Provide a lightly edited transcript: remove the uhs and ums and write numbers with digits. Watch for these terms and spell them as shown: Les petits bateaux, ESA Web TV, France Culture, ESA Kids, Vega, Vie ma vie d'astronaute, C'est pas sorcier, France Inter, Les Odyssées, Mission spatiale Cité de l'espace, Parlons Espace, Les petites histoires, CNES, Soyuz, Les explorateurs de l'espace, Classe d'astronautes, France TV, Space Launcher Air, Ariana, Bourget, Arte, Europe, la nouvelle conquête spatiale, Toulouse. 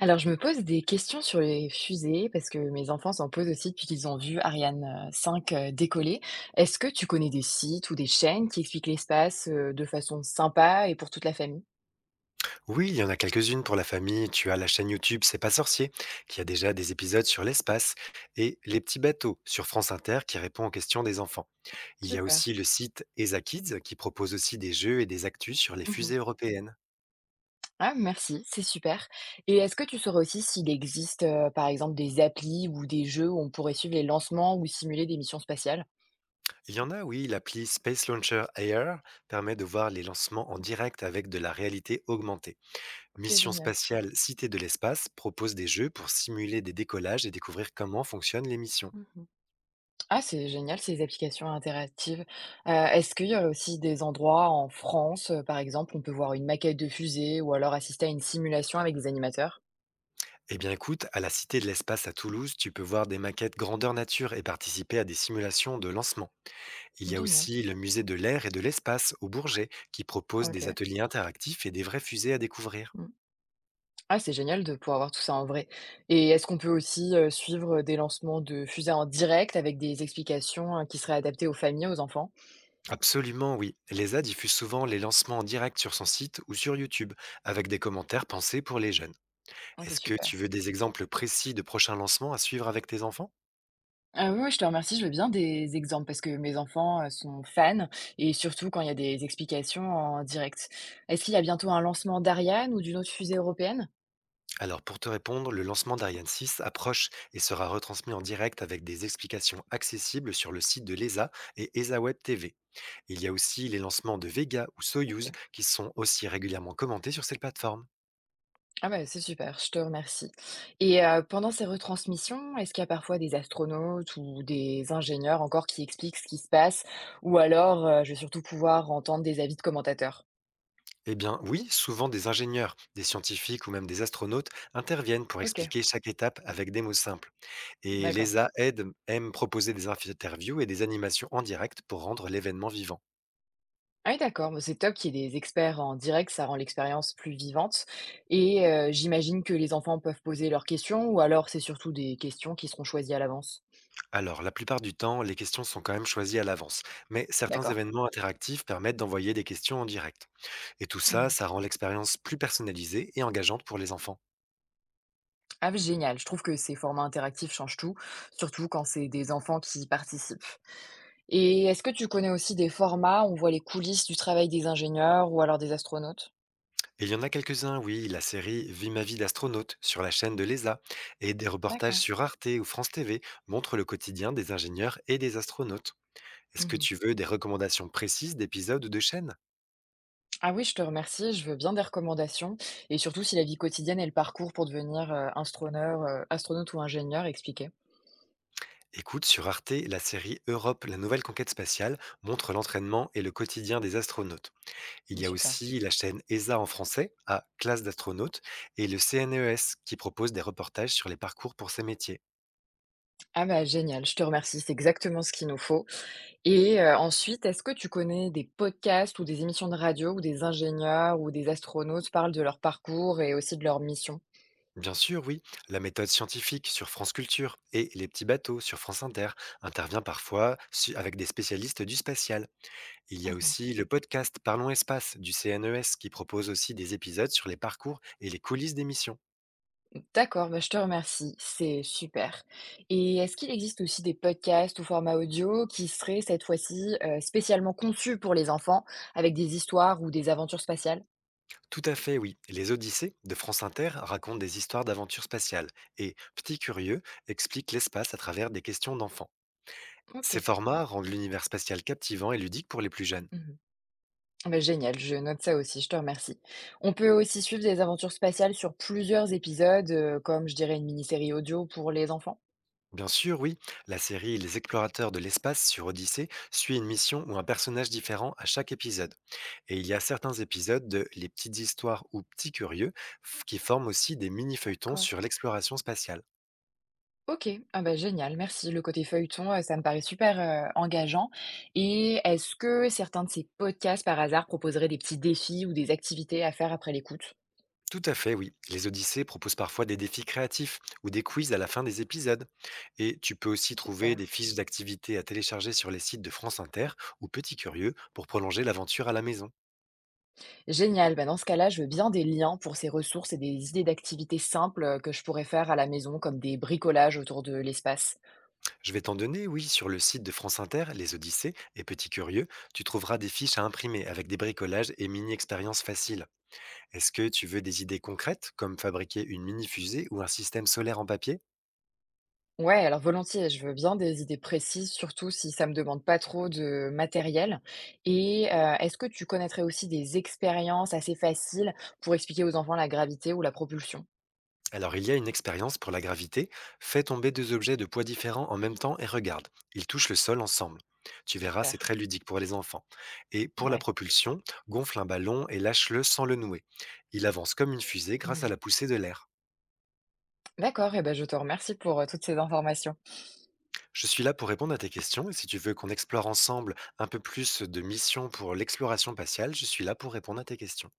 Alors, je me pose des questions sur les fusées parce que mes enfants s'en posent aussi depuis qu'ils ont vu Ariane 5 décoller. Est-ce que tu connais des sites ou des chaînes qui expliquent l'espace de façon sympa et pour toute la famille? Oui, il y en a quelques-unes pour la famille. Tu as la chaîne YouTube C'est pas sorcier, qui a déjà des épisodes sur l'espace, et Les petits bateaux sur France Inter, qui répond aux questions des enfants. Il y a Super. aussi le site ESA Kids, qui propose aussi des jeux et des actus sur les Mhm. fusées européennes. Ah, merci, c'est super. Et est-ce que tu saurais aussi s'il existe, par exemple, des applis ou des jeux où on pourrait suivre les lancements ou simuler des missions spatiales? Il y en a, oui, l'appli Space Launcher Air permet de voir les lancements en direct avec de la réalité augmentée. Ok, Mission génial. spatiale Cité de l'espace propose des jeux pour simuler des décollages et découvrir comment fonctionnent les missions. Mhm. Ah, c'est génial ces applications interactives. Est-ce qu'il y a aussi des endroits en France, par exemple, où on peut voir une maquette de fusée ou alors assister à une simulation avec des animateurs? Eh bien écoute, à la Cité de l'Espace à Toulouse, tu peux voir des maquettes grandeur nature et participer à des simulations de lancement. Il y a Génial, aussi le musée de l'air et de l'espace au Bourget qui propose des OK. ateliers interactifs et des vraies fusées à découvrir. Mmh. Ah, c'est génial de pouvoir voir tout ça en vrai. Et est-ce qu'on peut aussi, suivre des lancements de fusées en direct avec des explications, qui seraient adaptées aux familles, aux enfants? Absolument oui, l'ESA diffuse souvent les lancements en direct sur son site ou sur YouTube avec des commentaires pensés pour les jeunes. Ah, c'est Est-ce que super. tu veux des exemples précis de prochains lancements à suivre avec tes enfants? Ah oui, oui, je te remercie, je veux bien des exemples parce que mes enfants, sont fans, et surtout quand il y a des explications en direct. Est-ce qu'il y a bientôt un lancement d'Ariane ou d'une autre fusée européenne? Alors pour te répondre, le lancement d'Ariane 6 approche et sera retransmis en direct avec des explications accessibles sur le site de l'ESA et ESA Web TV. Il y a aussi les lancements de Vega ou Soyuz OK. qui sont aussi régulièrement commentés sur ces plateformes. Ah bah, c'est super, je te remercie. Et pendant ces retransmissions, est-ce qu'il y a parfois des astronautes ou des ingénieurs encore qui expliquent ce qui se passe? Ou alors, je vais surtout pouvoir entendre des avis de commentateurs? Eh bien oui, souvent des ingénieurs, des scientifiques ou même des astronautes interviennent pour OK, expliquer chaque étape avec des mots simples. Et d'accord. l'ESA aide aime proposer des interviews et des animations en direct pour rendre l'événement vivant. Ah oui, d'accord, bah, c'est top qu'il y ait des experts en direct, ça rend l'expérience plus vivante. Et j'imagine que les enfants peuvent poser leurs questions, ou alors c'est surtout des questions qui seront choisies à l'avance? Alors, la plupart du temps, les questions sont quand même choisies à l'avance, mais certains D'accord. événements interactifs permettent d'envoyer des questions en direct. Et tout ça, Mmh. ça rend l'expérience plus personnalisée et engageante pour les enfants. Ah, beh, génial, je trouve que ces formats interactifs changent tout, surtout quand c'est des enfants qui y participent. Et est-ce que tu connais aussi des formats où on voit les coulisses du travail des ingénieurs ou alors des astronautes? Et il y en a quelques-uns, oui, la série Vie ma vie d'astronaute sur la chaîne de l'ESA et des reportages D'accord. sur Arte ou France TV montrent le quotidien des ingénieurs et des astronautes. Est-ce que Mmh. tu veux des recommandations précises d'épisodes ou de chaînes? Ah oui, je te remercie, je veux bien des recommandations, et surtout si la vie quotidienne et le parcours pour devenir, astronaute ou ingénieur expliqué. Écoute, sur Arte, la série Europe, la nouvelle conquête spatiale montre l'entraînement et le quotidien des astronautes. Il Mmh, y a super. aussi la chaîne ESA en français, à Classe d'astronautes, et le CNES qui propose des reportages sur les parcours pour ces métiers. Ah bah, génial, je te remercie, c'est exactement ce qu'il nous faut. Et ensuite, est-ce que tu connais des podcasts ou des émissions de radio où des ingénieurs ou des astronautes parlent de leur parcours et aussi de leur mission? Bien sûr, oui, la méthode scientifique sur France Culture et les petits bateaux sur France Inter intervient parfois avec des spécialistes du spatial. Il y a Mmh. aussi le podcast Parlons Espace du CNES qui propose aussi des épisodes sur les parcours et les coulisses des missions. D'accord, bah, je te remercie, c'est super. Et est-ce qu'il existe aussi des podcasts ou formats audio qui seraient cette fois-ci, spécialement conçus pour les enfants, avec des histoires ou des aventures spatiales? Tout à fait, oui. Les Odyssées de France Inter racontent des histoires d'aventures spatiales et Petit Curieux explique l'espace à travers des questions d'enfants. Ces OK. formats rendent l'univers spatial captivant et ludique pour les plus jeunes. Mmh. Bah, génial, je note ça aussi, je te remercie. On peut aussi suivre des aventures spatiales sur plusieurs épisodes, comme je dirais une mini-série audio pour les enfants. Bien sûr, oui, la série Les explorateurs de l'espace sur Odyssée suit une mission ou un personnage différent à chaque épisode. Et il y a certains épisodes de Les petites histoires ou Petits curieux qui forment aussi des mini-feuilletons D'accord. sur l'exploration spatiale. Ok, ah bah génial, merci. Le côté feuilleton, ça me paraît super engageant. Et est-ce que certains de ces podcasts, par hasard, proposeraient des petits défis ou des activités à faire après l'écoute? Tout à fait, oui. Les Odyssées proposent parfois des défis créatifs ou des quiz à la fin des épisodes. Et tu peux aussi trouver Super. des fiches d'activités à télécharger sur les sites de France Inter ou Petit Curieux pour prolonger l'aventure à la maison. Génial, bah dans ce cas-là, je veux bien des liens pour ces ressources et des idées d'activités simples que je pourrais faire à la maison, comme des bricolages autour de l'espace. Je vais t'en donner, oui, sur le site de France Inter, Les Odyssées et Petits Curieux, tu trouveras des fiches à imprimer avec des bricolages et mini-expériences faciles. Est-ce que tu veux des idées concrètes, comme fabriquer une mini-fusée ou un système solaire en papier? Ouais, alors volontiers, je veux bien des idées précises, surtout si ça me demande pas trop de matériel. Et est-ce que tu connaîtrais aussi des expériences assez faciles pour expliquer aux enfants la gravité ou la propulsion? Alors il y a une expérience pour la gravité, fais tomber deux objets de poids différents en même temps et regarde, ils touchent le sol ensemble. Tu verras, c'est Super, très ludique pour les enfants. Et pour la ouais. propulsion, gonfle un ballon et lâche-le sans le nouer. Il avance comme une fusée grâce à Mmh. la poussée de l'air. D'accord et ben, je te remercie pour, toutes ces informations. Je suis là pour répondre à tes questions et si tu veux qu'on explore ensemble un peu plus de missions pour l'exploration spatiale, je suis là pour répondre à tes questions.